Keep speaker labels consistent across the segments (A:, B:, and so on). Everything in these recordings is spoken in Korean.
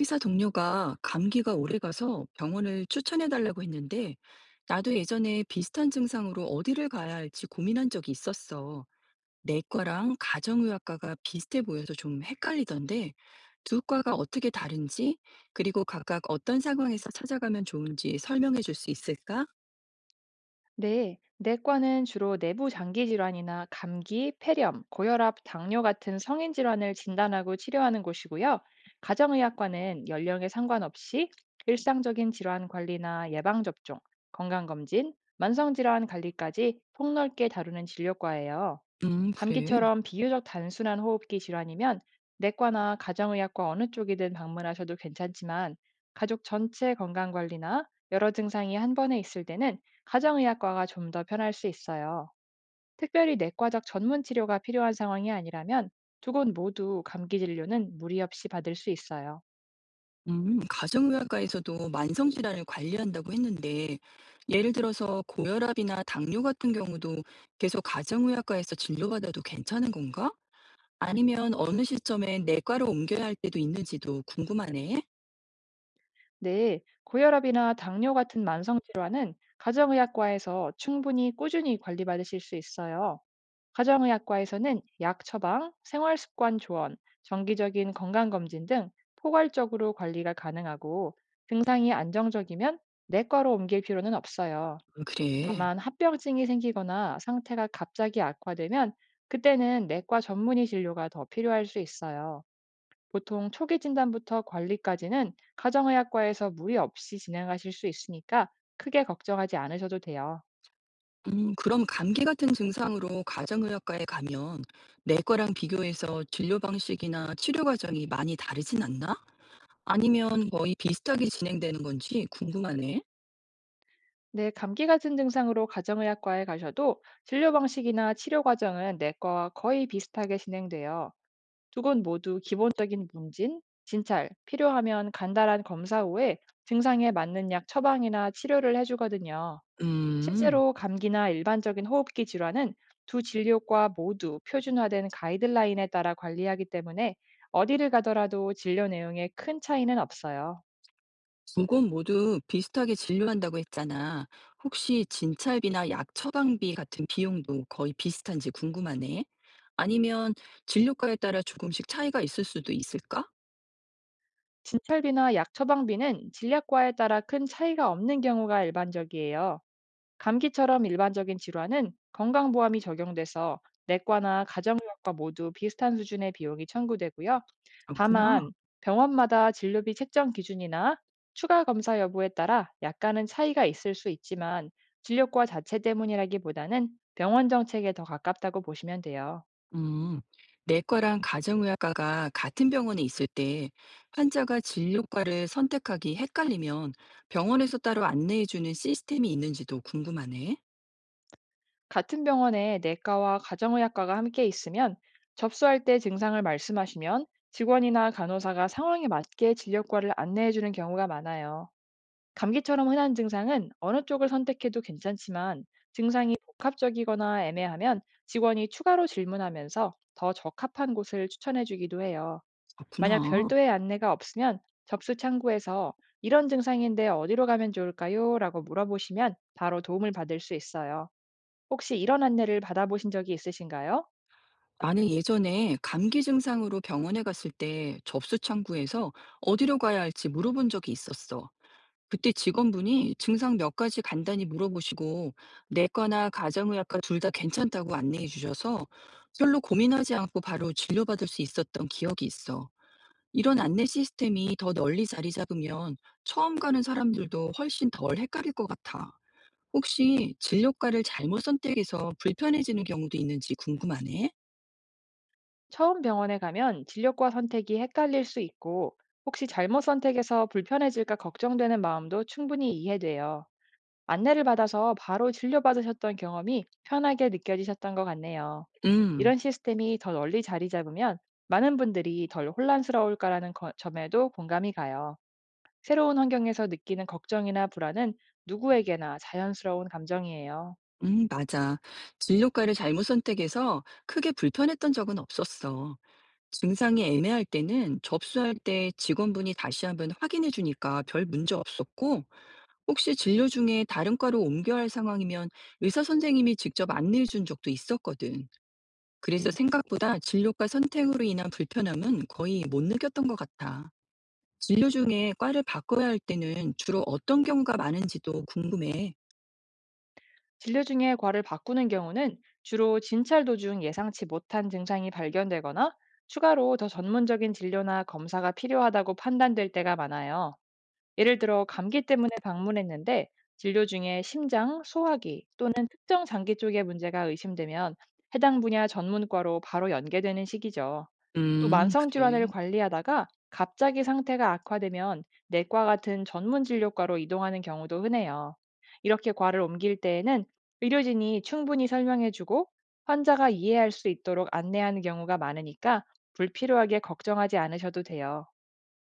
A: 회사 동료가 감기가 오래 가서 병원을 추천해 달라고 했는데, 나도 예전에 비슷한 증상으로 어디를 가야 할지 고민한 적이 있었어. 내과랑 가정의학과가 비슷해 보여서 좀 헷갈리던데, 두 과가 어떻게 다른지, 그리고 각각 어떤 상황에서 찾아가면 좋은지 설명해 줄 수 있을까?
B: 네, 내과는 주로 내부 장기 질환이나 감기, 폐렴, 고혈압, 당뇨 같은 성인 질환을 진단하고 치료하는 곳이고요. 가정의학과는 연령에 상관없이 일상적인 질환 관리나 예방접종, 건강검진, 만성질환 관리까지 폭넓게 다루는 진료과예요.
A: 그래.
B: 감기처럼 비교적 단순한 호흡기 질환이면 내과나 가정의학과 어느 쪽이든 방문하셔도 괜찮지만 가족 전체 건강 관리나 여러 증상이 한 번에 있을 때는 가정의학과가 좀 더 편할 수 있어요. 특별히 내과적 전문 치료가 필요한 상황이 아니라면 두 곳 모두 감기 진료는 무리 없이 받을 수 있어요.
A: 가정의학과에서도 만성질환을 관리한다고 했는데, 예를 들어서 고혈압이나 당뇨 같은 경우도 계속 가정의학과에서 진료받아도 괜찮은 건가? 아니면 어느 시점에 내과로 옮겨야 할 때도 있는지도 궁금하네.
B: 네, 고혈압이나 당뇨 같은 만성 질환은 가정의학과에서 충분히 꾸준히 관리받으실 수 있어요. 가정의학과에서는 약 처방, 생활습관 조언, 정기적인 건강검진 등 포괄적으로 관리가 가능하고 증상이 안정적이면 내과로 옮길 필요는 없어요.
A: 그래.
B: 다만 합병증이 생기거나 상태가 갑자기 악화되면 그때는 내과 전문의 진료가 더 필요할 수 있어요. 보통 초기 진단부터 관리까지는 가정의학과에서 무리 없이 진행하실 수 있으니까 크게 걱정하지 않으셔도 돼요.
A: 그럼 감기 같은 증상으로 가정의학과에 가면 내과랑 비교해서 진료 방식이나 치료 과정이 많이 다르진 않나? 아니면 거의 비슷하게 진행되는 건지 궁금하네.
B: 네, 감기 같은 증상으로 가정의학과에 가셔도 진료 방식이나 치료 과정은 내과와 거의 비슷하게 진행돼요. 두 곳 모두 기본적인 문진, 진찰, 필요하면 간단한 검사 후에 증상에 맞는 약 처방이나 치료를 해주거든요.
A: 음.
B: 실제로 감기나 일반적인 호흡기 질환은 두 진료과 모두 표준화된 가이드라인에 따라 관리하기 때문에 어디를 가더라도 진료 내용에 큰 차이는 없어요.
A: 두건 모두 비슷하게 진료한다고 했잖아. 혹시 진찰비나 약 처방비 같은 비용도 거의 비슷한지 궁금하네. 아니면 진료과에 따라 조금씩 차이가 있을 수도 있을까?
B: 진찰비나 약 처방비는 진료과에 따라 큰 차이가 없는 경우가 일반적이에요. 감기처럼 일반적인 질환은 건강보험이 적용돼서 내과나 가정의학과 모두 비슷한 수준의 비용이 청구되고요.
A: 그렇구나.
B: 다만 병원마다 진료비 책정 기준이나 추가 검사 여부에 따라 약간은 차이가 있을 수 있지만 진료과 자체 때문이라기보다는 병원 정책에 더 가깝다고 보시면 돼요.
A: 음, 내과랑 가정의학과가 같은 병원에 있을 때 환자가 진료과를 선택하기 헷갈리면 병원에서 따로 안내해주는 시스템이 있는지도 궁금하네.
B: 같은 병원에 내과와 가정의학과가 함께 있으면 접수할 때 증상을 말씀하시면 직원이나 간호사가 상황에 맞게 진료과를 안내해 주는 경우가 많아요. 감기처럼 흔한 증상은 어느 쪽을 선택해도 괜찮지만 증상이 복합적이거나 애매하면 직원이 추가로 질문하면서 더 적합한 곳을 추천해 주기도 해요. 만약
A: 그렇구나.
B: 별도의 안내가 없으면 접수 창구에서 "이런 증상인데 어디로 가면 좋을까요? 라고 물어보시면 바로 도움을 받을 수 있어요. 혹시 이런 안내를 받아보신 적이 있으신가요?
A: 나는 예전에 감기 증상으로 병원에 갔을 때 접수 창구에서 어디로 가야 할지 물어본 적이 있었어. 그때 직원분이 증상 몇 가지 간단히 물어보시고 내과나 가정의학과 둘 다 괜찮다고 안내해 주셔서 별로 고민하지 않고 바로 진료받을 수 있었던 기억이 있어. 이런 안내 시스템이 더 널리 자리 잡으면 처음 가는 사람들도 훨씬 덜 헷갈릴 것 같아. 혹시 진료과를 잘못 선택해서 불편해지는 경우도 있는지 궁금하네?
B: 처음 병원에 가면 진료과 선택이 헷갈릴 수 있고, 혹시 잘못 선택해서 불편해질까 걱정되는 마음도 충분히 이해돼요. 안내를 받아서 바로 진료받으셨던 경험이 편하게 느껴지셨던 것 같네요.
A: 음,
B: 이런 시스템이 더 널리 자리 잡으면 많은 분들이 덜 혼란스러울까라는 점에도 공감이 가요. 새로운 환경에서 느끼는 걱정이나 불안은 누구에게나 자연스러운 감정이에요.
A: 맞아. 진료과를 잘못 선택해서 크게 불편했던 적은 없었어. 증상이 애매할 때는 접수할 때 직원분이 다시 한번 확인해 주니까 별 문제 없었고, 혹시 진료 중에 다른 과로 옮겨야 할 상황이면 의사 선생님이 직접 안내해 준 적도 있었거든. 그래서 생각보다 진료과 선택으로 인한 불편함은 거의 못 느꼈던 것 같아. 진료 중에 과를 바꿔야 할 때는 주로 어떤 경우가 많은지도 궁금해.
B: 진료 중에 과를 바꾸는 경우는 주로 진찰 도중 예상치 못한 증상이 발견되거나 추가로 더 전문적인 진료나 검사가 필요하다고 판단될 때가 많아요. 예를 들어 감기 때문에 방문했는데 진료 중에 심장, 소화기 또는 특정 장기 쪽의 문제가 의심되면 해당 분야 전문과로 바로 연계되는 시기죠. 또 만성
A: 그래.
B: 질환을 관리하다가 갑자기 상태가 악화되면 내과 같은 전문 진료과로 이동하는 경우도 흔해요. 이렇게 과를 옮길 때에는 의료진이 충분히 설명해주고 환자가 이해할 수 있도록 안내하는 경우가 많으니까 불필요하게 걱정하지 않으셔도 돼요.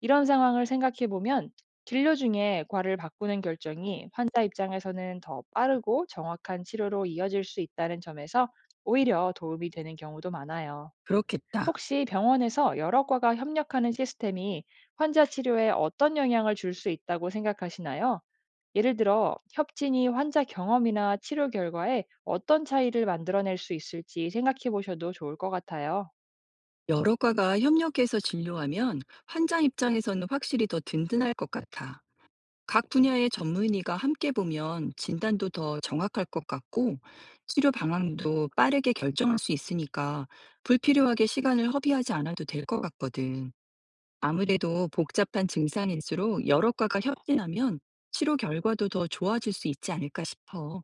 B: 이런 상황을 생각해 보면 진료 중에 과를 바꾸는 결정이 환자 입장에서는 더 빠르고 정확한 치료로 이어질 수 있다는 점에서 오히려 도움이 되는 경우도 많아요.
A: 그렇겠다.
B: 혹시 병원에서 여러 과가 협력하는 시스템이 환자 치료에 어떤 영향을 줄 수 있다고 생각하시나요? 예를 들어, 협진이 환자 경험이나 치료 결과에 어떤 차이를 만들어낼 수 있을지 생각해 보셔도 좋을 것 같아요.
A: 여러 과가 협력해서 진료하면 환자 입장에서는 확실히 더 든든할 것 같아. 각 분야의 전문의가 함께 보면 진단도 더 정확할 것 같고 치료 방향도 빠르게 결정할 수 있으니까 불필요하게 시간을 허비하지 않아도 될 것 같거든. 아무래도 복잡한 증상일수록 여러 과가 협진하면 치료 결과도 더 좋아질 수 있지 않을까 싶어.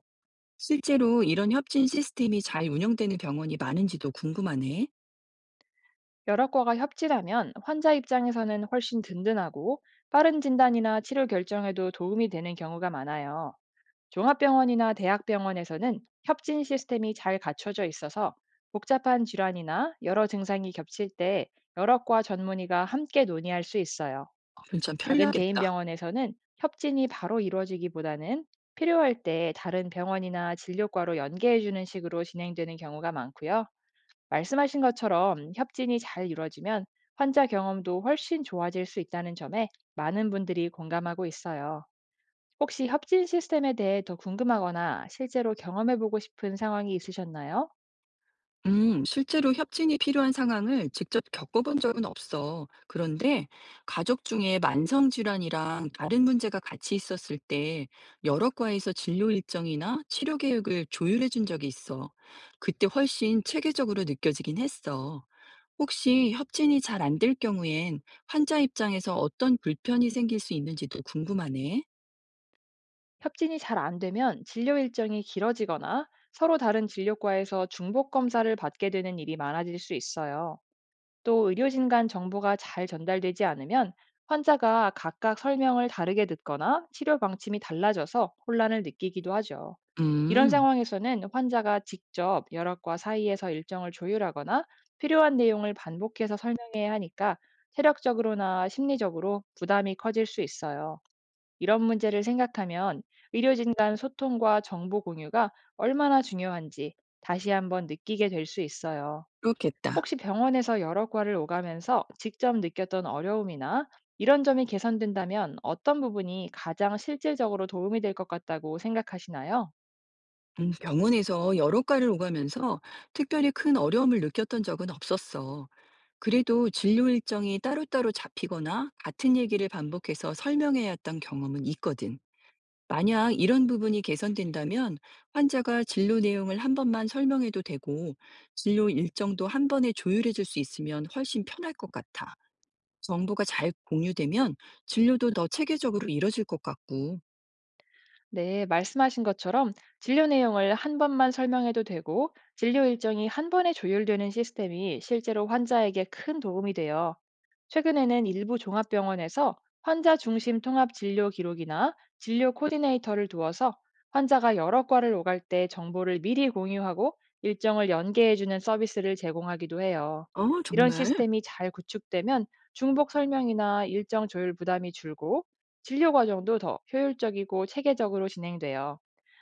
A: 실제로 이런 협진 시스템이 잘 운영되는 병원이 많은지도 궁금하네.
B: 여러 과가 협진하면 환자 입장에서는 훨씬 든든하고 빠른 진단이나 치료 결정에도 도움이 되는 경우가 많아요. 종합병원이나 대학병원에서는 협진 시스템이 잘 갖춰져 있어서 복잡한 질환이나 여러 증상이 겹칠 때 여러 과 전문의가 함께 논의할 수 있어요.
A: 어, 그럼 참
B: 작은 개인
A: 편리하겠다.
B: 병원에서는 협진이 바로 이루어지기보다는 필요할 때 다른 병원이나 진료과로 연계해주는 식으로 진행되는 경우가 많고요. 말씀하신 것처럼 협진이 잘 이루어지면 환자 경험도 훨씬 좋아질 수 있다는 점에 많은 분들이 공감하고 있어요. 혹시 협진 시스템에 대해 더 궁금하거나 실제로 경험해 보고 싶은 상황이 있으셨나요?
A: 실제로 협진이 필요한 상황을 직접 겪어본 적은 없어. 그런데 가족 중에 만성 질환이랑 다른 문제가 같이 있었을 때 여러 과에서 진료 일정이나 치료 계획을 조율해 준 적이 있어. 그때 훨씬 체계적으로 느껴지긴 했어. 혹시 협진이 잘 안 될 경우엔 환자 입장에서 어떤 불편이 생길 수 있는지도 궁금하네.
B: 협진이 잘 안 되면 진료 일정이 길어지거나 서로 다른 진료과에서 중복 검사를 받게 되는 일이 많아질 수 있어요. 또 의료진 간 정보가 잘 전달되지 않으면 환자가 각각 설명을 다르게 듣거나 치료 방침이 달라져서 혼란을 느끼기도 하죠. 이런
A: 음,
B: 상황에서는 환자가 직접 여러과 사이에서 일정을 조율하거나 필요한 내용을 반복해서 설명해야 하니까 체력적으로나 심리적으로 부담이 커질 수 있어요. 이런 문제를 생각하면 의료진 간 소통과 정보 공유가 얼마나 중요한지 다시 한번 느끼게 될 수 있어요.
A: 그렇겠다.
B: 혹시 병원에서 여러 과를 오가면서 직접 느꼈던 어려움이나 이런 점이 개선된다면 어떤 부분이 가장 실질적으로 도움이 될 것 같다고 생각하시나요?
A: 병원에서 여러 과를 오가면서 특별히 큰 어려움을 느꼈던 적은 없었어. 그래도 진료 일정이 따로따로 잡히거나 같은 얘기를 반복해서 설명해야 했던 경험은 있거든. 만약 이런 부분이 개선된다면 환자가 진료 내용을 한 번만 설명해도 되고 진료 일정도 한 번에 조율해 줄 수 있으면 훨씬 편할 것 같아. 정보가 잘 공유되면 진료도 더 체계적으로 이뤄질 것 같고.
B: 네, 말씀하신 것처럼 진료 내용을 한 번만 설명해도 되고 진료 일정이 한 번에 조율되는 시스템이 실제로 환자에게 큰 도움이 돼요. 최근에는 일부 종합병원에서 환자 중심 통합 진료 기록이나 진료 코디네이터를 두어서 환자가 여러 과를 오갈 때 정보를 미리 공유하고 일정을 연계해주는 서비스를 제공하기도 해요.
A: 어
B: 이런
A: 정말?
B: 시스템이 잘 구축되면 중복 설명이나 일정 조율 부담이 줄고 진료 과정도 더 효율적이고 체계적으로 진행돼요.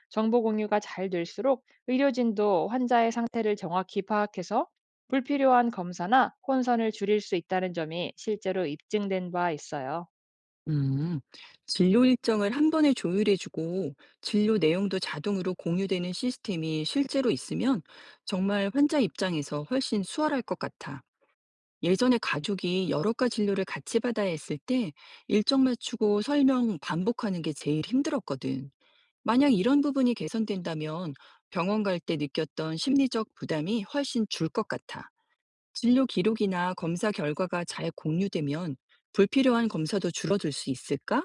B: 정보 공유가 잘 될수록 의료진도 환자의 상태를 정확히 파악해서 불필요한 검사나 혼선을 줄일 수 있다는 점이 실제로 입증된 바 있어요.
A: 음, 진료 일정을 한 번에 조율해주고 진료 내용도 자동으로 공유되는 시스템이 실제로 있으면 정말 환자 입장에서 훨씬 수월할 것 같아. 예전에 가족이 여러 가 진료를 같이 받아야 했을 때 일정 맞추고 설명 반복하는 게 제일 힘들었거든. 만약 이런 부분이 개선된다면 병원 갈 때 느꼈던 심리적 부담이 훨씬 줄 것 같아. 진료 기록이나 검사 결과가 잘 공유되면 불필요한 검사도 줄어들 수 있을까?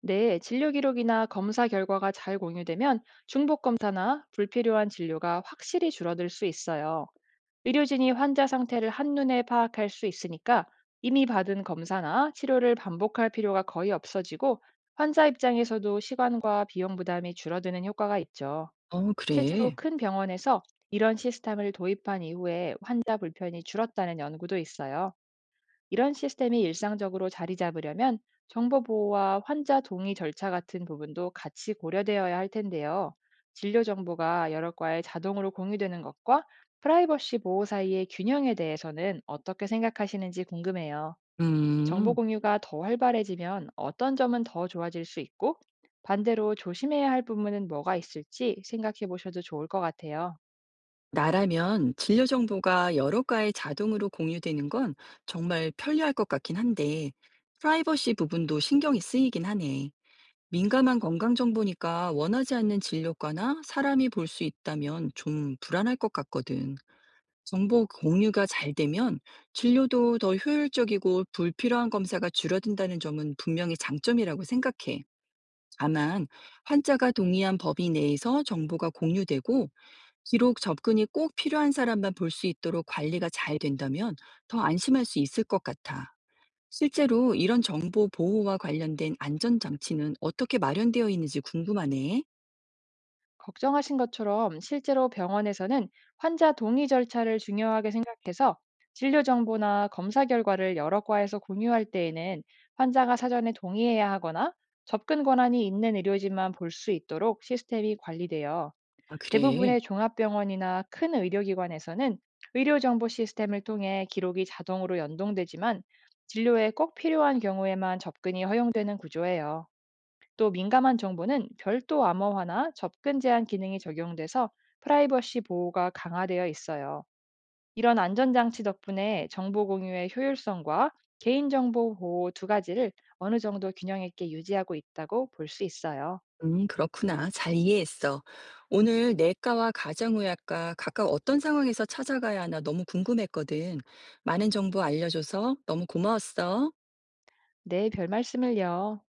B: 네, 진료 기록이나 검사 결과가 잘 공유되면 중복 검사나 불필요한 진료가 확실히 줄어들 수 있어요. 의료진이 환자 상태를 한눈에 파악할 수 있으니까 이미 받은 검사나 치료를 반복할 필요가 거의 없어지고 환자 입장에서도 시간과 비용 부담이 줄어드는 효과가 있죠.
A: 어,
B: 실제로
A: 그래.
B: 큰 병원에서 이런 시스템을 도입한 이후에 환자 불편이 줄었다는 연구도 있어요. 이런 시스템이 일상적으로 자리 잡으려면 정보 보호와 환자 동의 절차 같은 부분도 같이 고려되어야 할 텐데요. 진료 정보가 여러 과에 자동으로 공유되는 것과 프라이버시 보호 사이의 균형에 대해서는 어떻게 생각하시는지 궁금해요. 정보
A: 음,
B: 공유가 더 활발해지면 어떤 점은 더 좋아질 수 있고 반대로 조심해야 할 부분은 뭐가 있을지 생각해 보셔도 좋을 것 같아요.
A: 나라면 진료 정보가 여러 과에 자동으로 공유되는 건 정말 편리할 것 같긴 한데, 프라이버시 부분도 신경이 쓰이긴 하네. 민감한 건강 정보니까 원하지 않는 진료과나 사람이 볼 수 있다면 좀 불안할 것 같거든. 정보 공유가 잘 되면 진료도 더 효율적이고 불필요한 검사가 줄어든다는 점은 분명히 장점이라고 생각해. 다만, 환자가 동의한 범위 내에서 정보가 공유되고 기록 접근이 꼭 필요한 사람만 볼 수 있도록 관리가 잘 된다면 더 안심할 수 있을 것 같아. 실제로 이런 정보 보호와 관련된 안전장치는 어떻게 마련되어 있는지 궁금하네.
B: 걱정하신 것처럼 실제로 병원에서는 환자 동의 절차를 중요하게 생각해서 진료 정보나 검사 결과를 여러 과에서 공유할 때에는 환자가 사전에 동의해야 하거나 접근 권한이 있는 의료진만 볼 수 있도록 시스템이 관리되어
A: 아, 그래.
B: 대부분의 종합병원이나 큰 의료기관에서는 의료정보 시스템을 통해 기록이 자동으로 연동되지만 진료에 꼭 필요한 경우에만 접근이 허용되는 구조예요. 또 민감한 정보는 별도 암호화나 접근 제한 기능이 적용돼서 프라이버시 보호가 강화되어 있어요. 이런 안전장치 덕분에 정보 공유의 효율성과 개인정보 보호 두 가지를 어느 정도 균형 있게 유지하고 있다고 볼 수 있어요.
A: 그렇구나. 잘 이해했어. 오늘 내과와 가정의학과 각각 어떤 상황에서 찾아가야 하나 너무 궁금했거든. 많은 정보 알려줘서 너무 고마웠어.
B: 네, 별 말씀을요.